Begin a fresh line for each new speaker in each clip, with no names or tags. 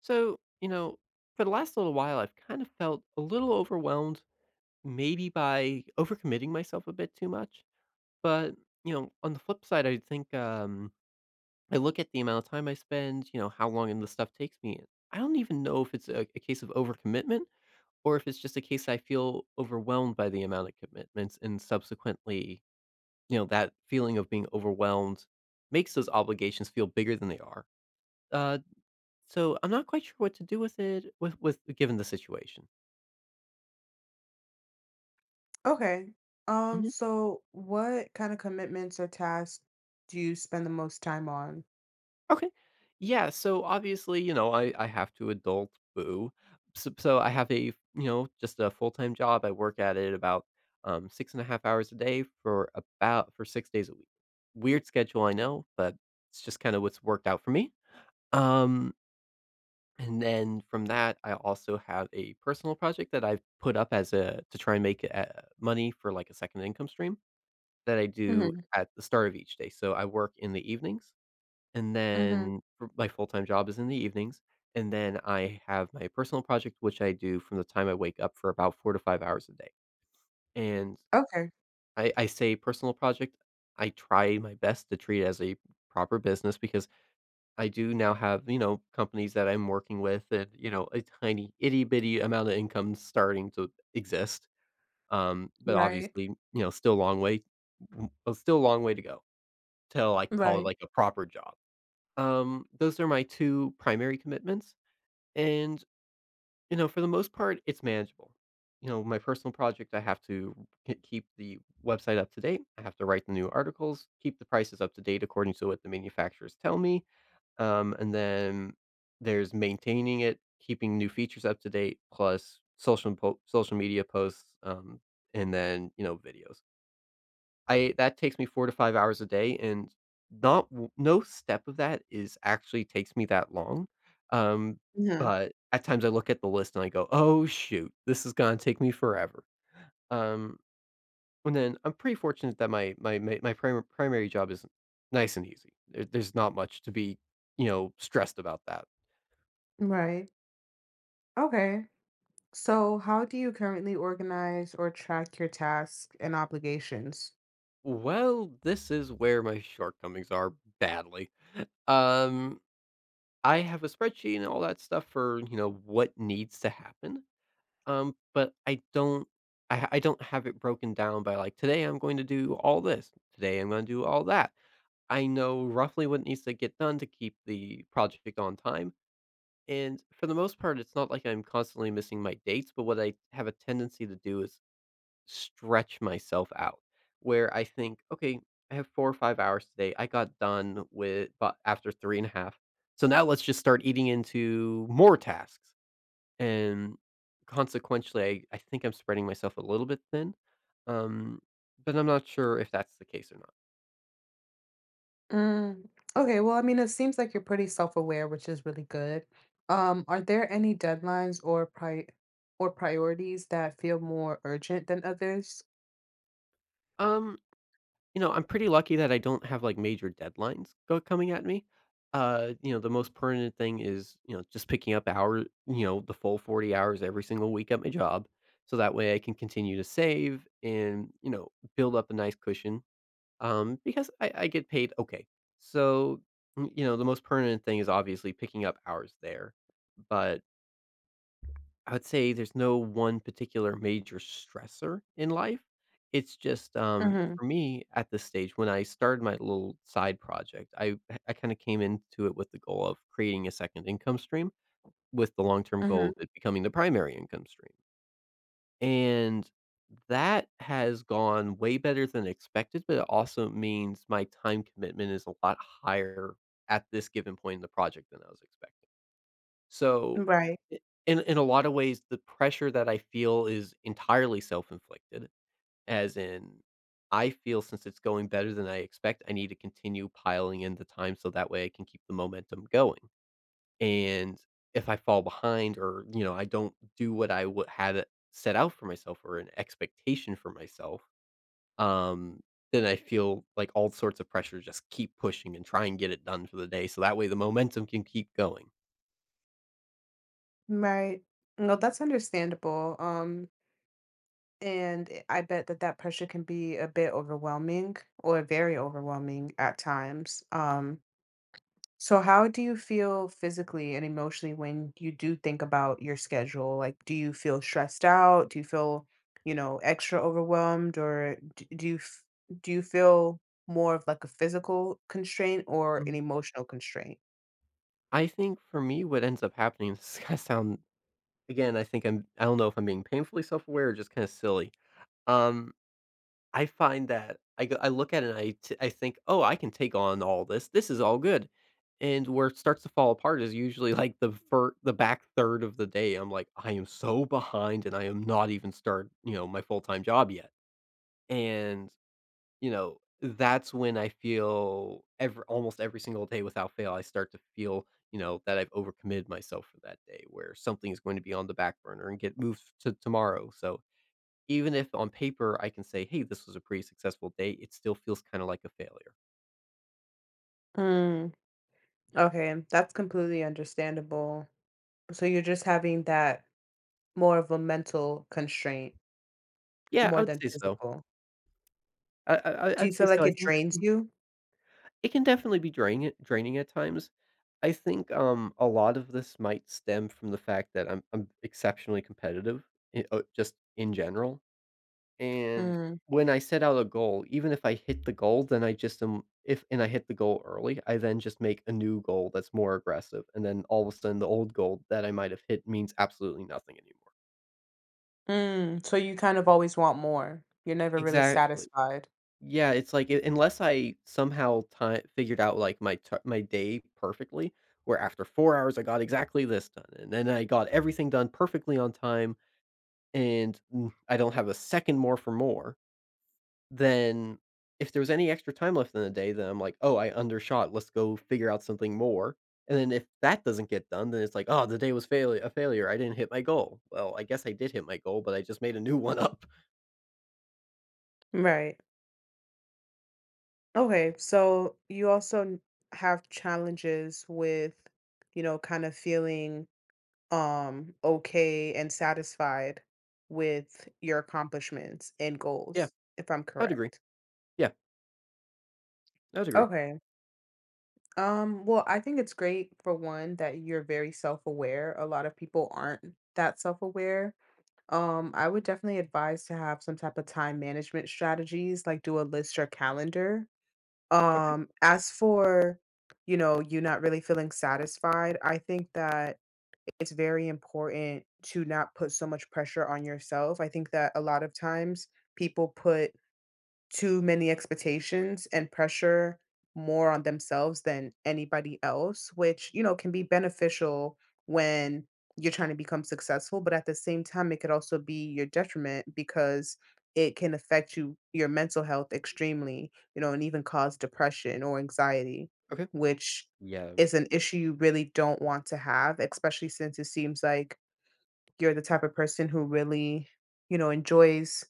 So, you know, for the last little while, I've kind of felt a little overwhelmed, maybe by overcommitting myself a bit too much. But, on the flip side, I think I look at the amount of time I spend, you know, how long and the stuff takes me. And I don't even know if it's a case of overcommitment, or if it's just a case I feel overwhelmed by the amount of commitments and subsequently, you know, that feeling of being overwhelmed makes those obligations feel bigger than they are. Uh, so I'm not quite sure what to do with it with given the situation.
Okay. Um,
Mhm.
so what kind of commitments or tasks do you spend the most time on?
Okay. Yeah, so obviously, you know, I have to adult boo. So I have a, you know, just a full-time job. I work at it about 6.5 hours a day for 6 days a week. Weird schedule, I know, but it's just kind of what's worked out for me. Um, and then from that, I also have a personal project that I've put up as a to try and make money for like a second income stream that I do
Mm-hmm.
at the start of each day. So I work in the evenings, and
Mm-hmm.
then for my full-time job is in the evenings, and then I have my personal project, which I do from the time I wake up for about 4 to 5 hours a day. And
Okay.
I say personal project, I try my best to treat it as a proper business because I do now have, you know, companies that I'm working with and, you know, a tiny itty bitty amount of income starting to exist. But
Right.
obviously, you know, still a long way w still a long way to go till I can call it,
Right.
like, a proper job. Those are my 2 primary commitments, and, you know, for the most part, it's manageable. You know, my personal project, I have to k keep the website up to date, I have to write the new articles, keep the prices up to date according to what the manufacturers tell me, and then there's maintaining it, keeping new features up to date, plus social media posts, and then, you know, videos. I that takes me 4 to 5 hours a day, and not w no step of that is actually takes me that long, um,
Mm-hmm.
but at times I look at the list and I go, "Oh, shoot. This is gonna take me forever." Um, and then I'm pretty fortunate that my prima primary job is nice and easy. There's not much to be, you know, stressed about that.
Right. Okay. So how do you currently organize or track your tasks and obligations?
Well, this is where my shortcomings are badly. Um, I have a spreadsheet and all that stuff for, you know, what needs to happen. But I don't have it broken down by, like, "Today I'm going to do all this. Today I'm gonna do all that." I know roughly what needs to get done to keep the project on time, and for the most part, it's not like I'm constantly missing my dates, but what I have a tendency to do is stretch myself out, where I think, "Okay, I have 4 or 5 hours today. I got done with but after 3.5, so now let's just start eating into more tasks." And consequentially, I think I'm spreading myself a little bit thin, um, but I'm not sure if that's the case or not.
Mm. Okay, well, I mean, it seems like you're pretty self-aware, which is really good. Are there any deadlines or pri or priorities that feel more urgent than others?
Um, you know, I'm pretty lucky that I don't have like major deadlines go coming at me. You know, the most permanent thing is, you know, just picking up hour, you know, the full 40 hours every single week at my job. So that way I can continue to save and, you know, build up a nice cushion because I get paid okay. So, you know, the most permanent thing is obviously picking up hours there. But I would say there's no one particular major stressor in life. It's just
Mm-hmm.
for me at this stage, when I started my little side project, I kind of came into it with the goal of creating a second income stream with the long term goal of
Mm-hmm.
it becoming the primary income stream. And that has gone way better than expected, but it also means my time commitment is a lot higher at this given point in the project than I was expecting. So
Right.
i- in a lot of ways, the pressure that I feel is entirely self-inflicted, as in I feel since it's going better than I expect, I need to continue piling in the time so that way I can keep the momentum going. And if I fall behind or, you know, I don't do what I would had it set out for myself or an expectation for myself, um, then I feel like all sorts of pressure just keep pushing and try and get it done for the day. So that way the momentum can keep going.
Right. No, that's understandable. I bet that that pressure can be a bit overwhelming or very overwhelming at times. So how do you feel physically and emotionally when you do think about your schedule? Like, do you feel stressed out? Do you feel, extra overwhelmed, or do you feel more of like a physical constraint or an
Mm,
emotional constraint?
I think for me, what ends up happening, this is gonna sound again, I think I don't know if I'm being painfully self aware or just kind of silly. Um, I find that I look at it and I think, "Oh, I can take on all this. This is all good." And where it starts to fall apart is usually, like, the back third of the day. I'm like, "I am so behind, and I am not even start you know, my full-time job yet." And, you know, that's when I feel every almost every single day without fail, I start to feel, you know, that I've overcommitted myself for that day, where something is going to be on the back burner and get moved to tomorrow. So even if on paper I can say, "Hey, this was a pretty successful day," it still feels kinda like a failure.
Mm, okay, that's completely understandable. So you're just having that more of a mental constraint
Yeah, I
more
would
than
say so.
physical. Do you
I'd say
feel
so.
like
I
it
think
drains you?
it can definitely be draining at times. I think, a lot of this might stem from the fact that I'm exceptionally competitive, I just in general, and
Mm,
when I set out a goal, even if I hit the goal, then I just am if and I hit the goal early, I then just make a new goal that's more aggressive, and then all of a sudden the old goal that I might have hit means absolutely nothing anymore.
mm, so you kind of always want more. You're never really
Exactly.
satisfied.
Yeah, it's like u unless I somehow ti figured out, like, my day perfectly, where after 4 hours, I got exactly this done, and then I got everything done perfectly on time, and I don't have a second more for more, then if there was any extra time left in the day, then I'm like, "Oh, I undershot. Let's go figure out something more." And then if that doesn't get done, then it's like, "Oh, the day was fail a failure. I didn't hit my goal." Well, I guess I did hit my goal, but I just made a new one up.
Right. Okay. So you also have challenges with, kind of feeling okay and satisfied with your accomplishments and
Yeah,
goals, if I'm
I would agree.
correct.
Yeah, I would agree.
Okay. Well, I think it's great for one that you're very self-aware. A lot of people aren't that self-aware. I would definitely advise to have some type of time management strategies, like do a list or calendar.
Okay,
Um, as for, you not really feeling satisfied, I think that it's very important to not put so much pressure on yourself. I think that a lot of times people put too many expectations and pressure more on themselves than anybody else, which, can be beneficial when you're trying to become successful, but at the same time it could also be your detriment because it can affect your mental health extremely, and even cause depression or anxiety,
okay.
which
Yeah.
is an issue you really don't want to have, especially since it seems like you're the type of person who really, enjoys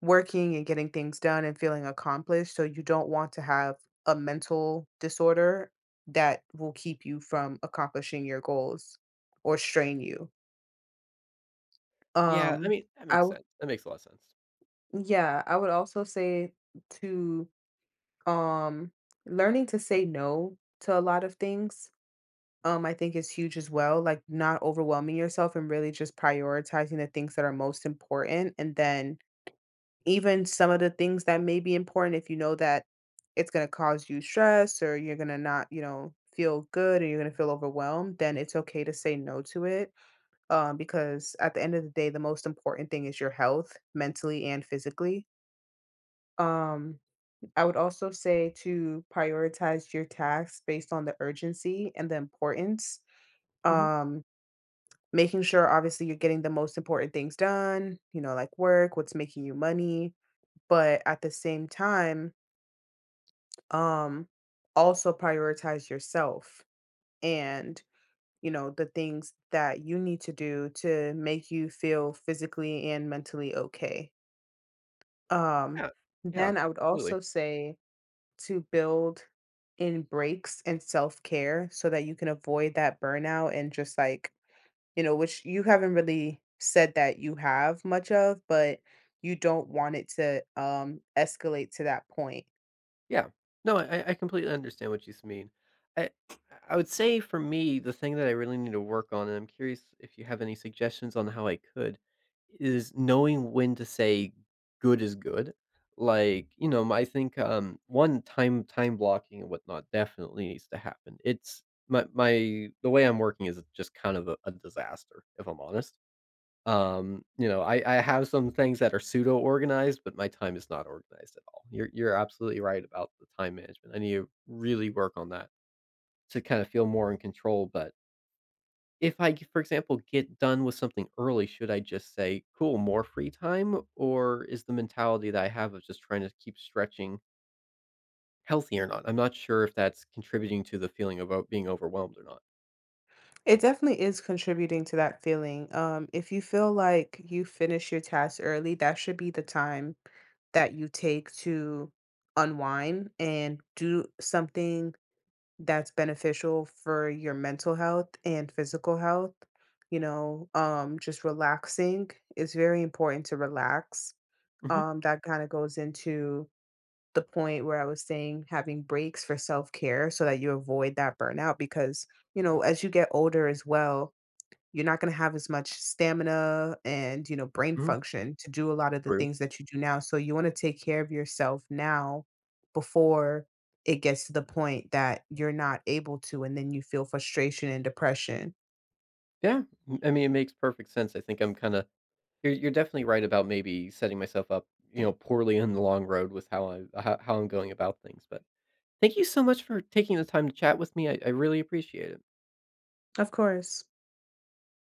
working and getting things done and feeling accomplished. So you don't want to have a mental disorder that will keep you from accomplishing your goals or strain you.
Yeah, I
Um
mean, that
I
makes
w-
sense. That makes a lot of sense.
yeah, I would also say to um learning to say no to a lot of things I think is huge as well, like not overwhelming yourself and really just prioritizing the things that are most important, and then even some of the things that may be important, if you know that it's gonna cause you stress or you're gonna not, you know, feel good or you're gonna feel overwhelmed, then it's okay to say no to it. Because at the end of the day, the most important thing is your health, mentally and physically. Um, I would also say to prioritize your tasks based on the urgency and the importance.
Mhm.
Um, Making sure obviously you're getting the most important things done, you know, like work, what's making you money, but at the same time, um also prioritize yourself and you know the things that you need to do to make you feel physically and mentally okay, um
Yeah. Yeah,
then I would
absolutely.
also say to build in breaks and self-care so that you can avoid that burnout, and just like, you know, which you haven't really said that you have much of, but you don't want it to escalate to that point.
Yeah. No, I completely understand what you s mean. I I would say for me, the thing that I really need to work on, and I'm curious if you have any suggestions on how I could, is knowing when to say good is good. Like, you know, I think, 1, time blocking and whatnot definitely needs to happen. It's my my the way I'm working is just kind of a disaster, if I'm honest. You know, I have some things that are pseudo-organized, but my time is not organized at all. You're absolutely right about the time management. I need to really work on that to kind of feel more in control, but if I, for example, get done with something early, should I just say, "Cool, more free time?" Or is the mentality that I have of just trying to keep stretching healthy or not? I'm not sure if that's contributing to the feeling of o being overwhelmed or not.
It definitely is contributing to that feeling. If you feel like you finish your task early, that should be the time that you take to unwind and do something that's beneficial for your mental health and physical health. You know, just relaxing. It's very important to relax.
Mhm,
That kind of goes into the point where I was saying having breaks for self care so that you avoid that burnout, because, you know, as you get older as well, you're not gonna have as much stamina and, you know, brain
mhm,
function to do a lot of the
true.
things that you do now, so you wanna take care of yourself now before it gets to the point that you're not able to, and then you feel frustration and depression.
Yeah, m I mean, it makes perfect sense. I think I'm kinda you're definitely right about maybe setting myself up, you know, poorly in the long road with how I'm going about things, but thank you so much for taking the time to chat with me. I really appreciate it.
Of course.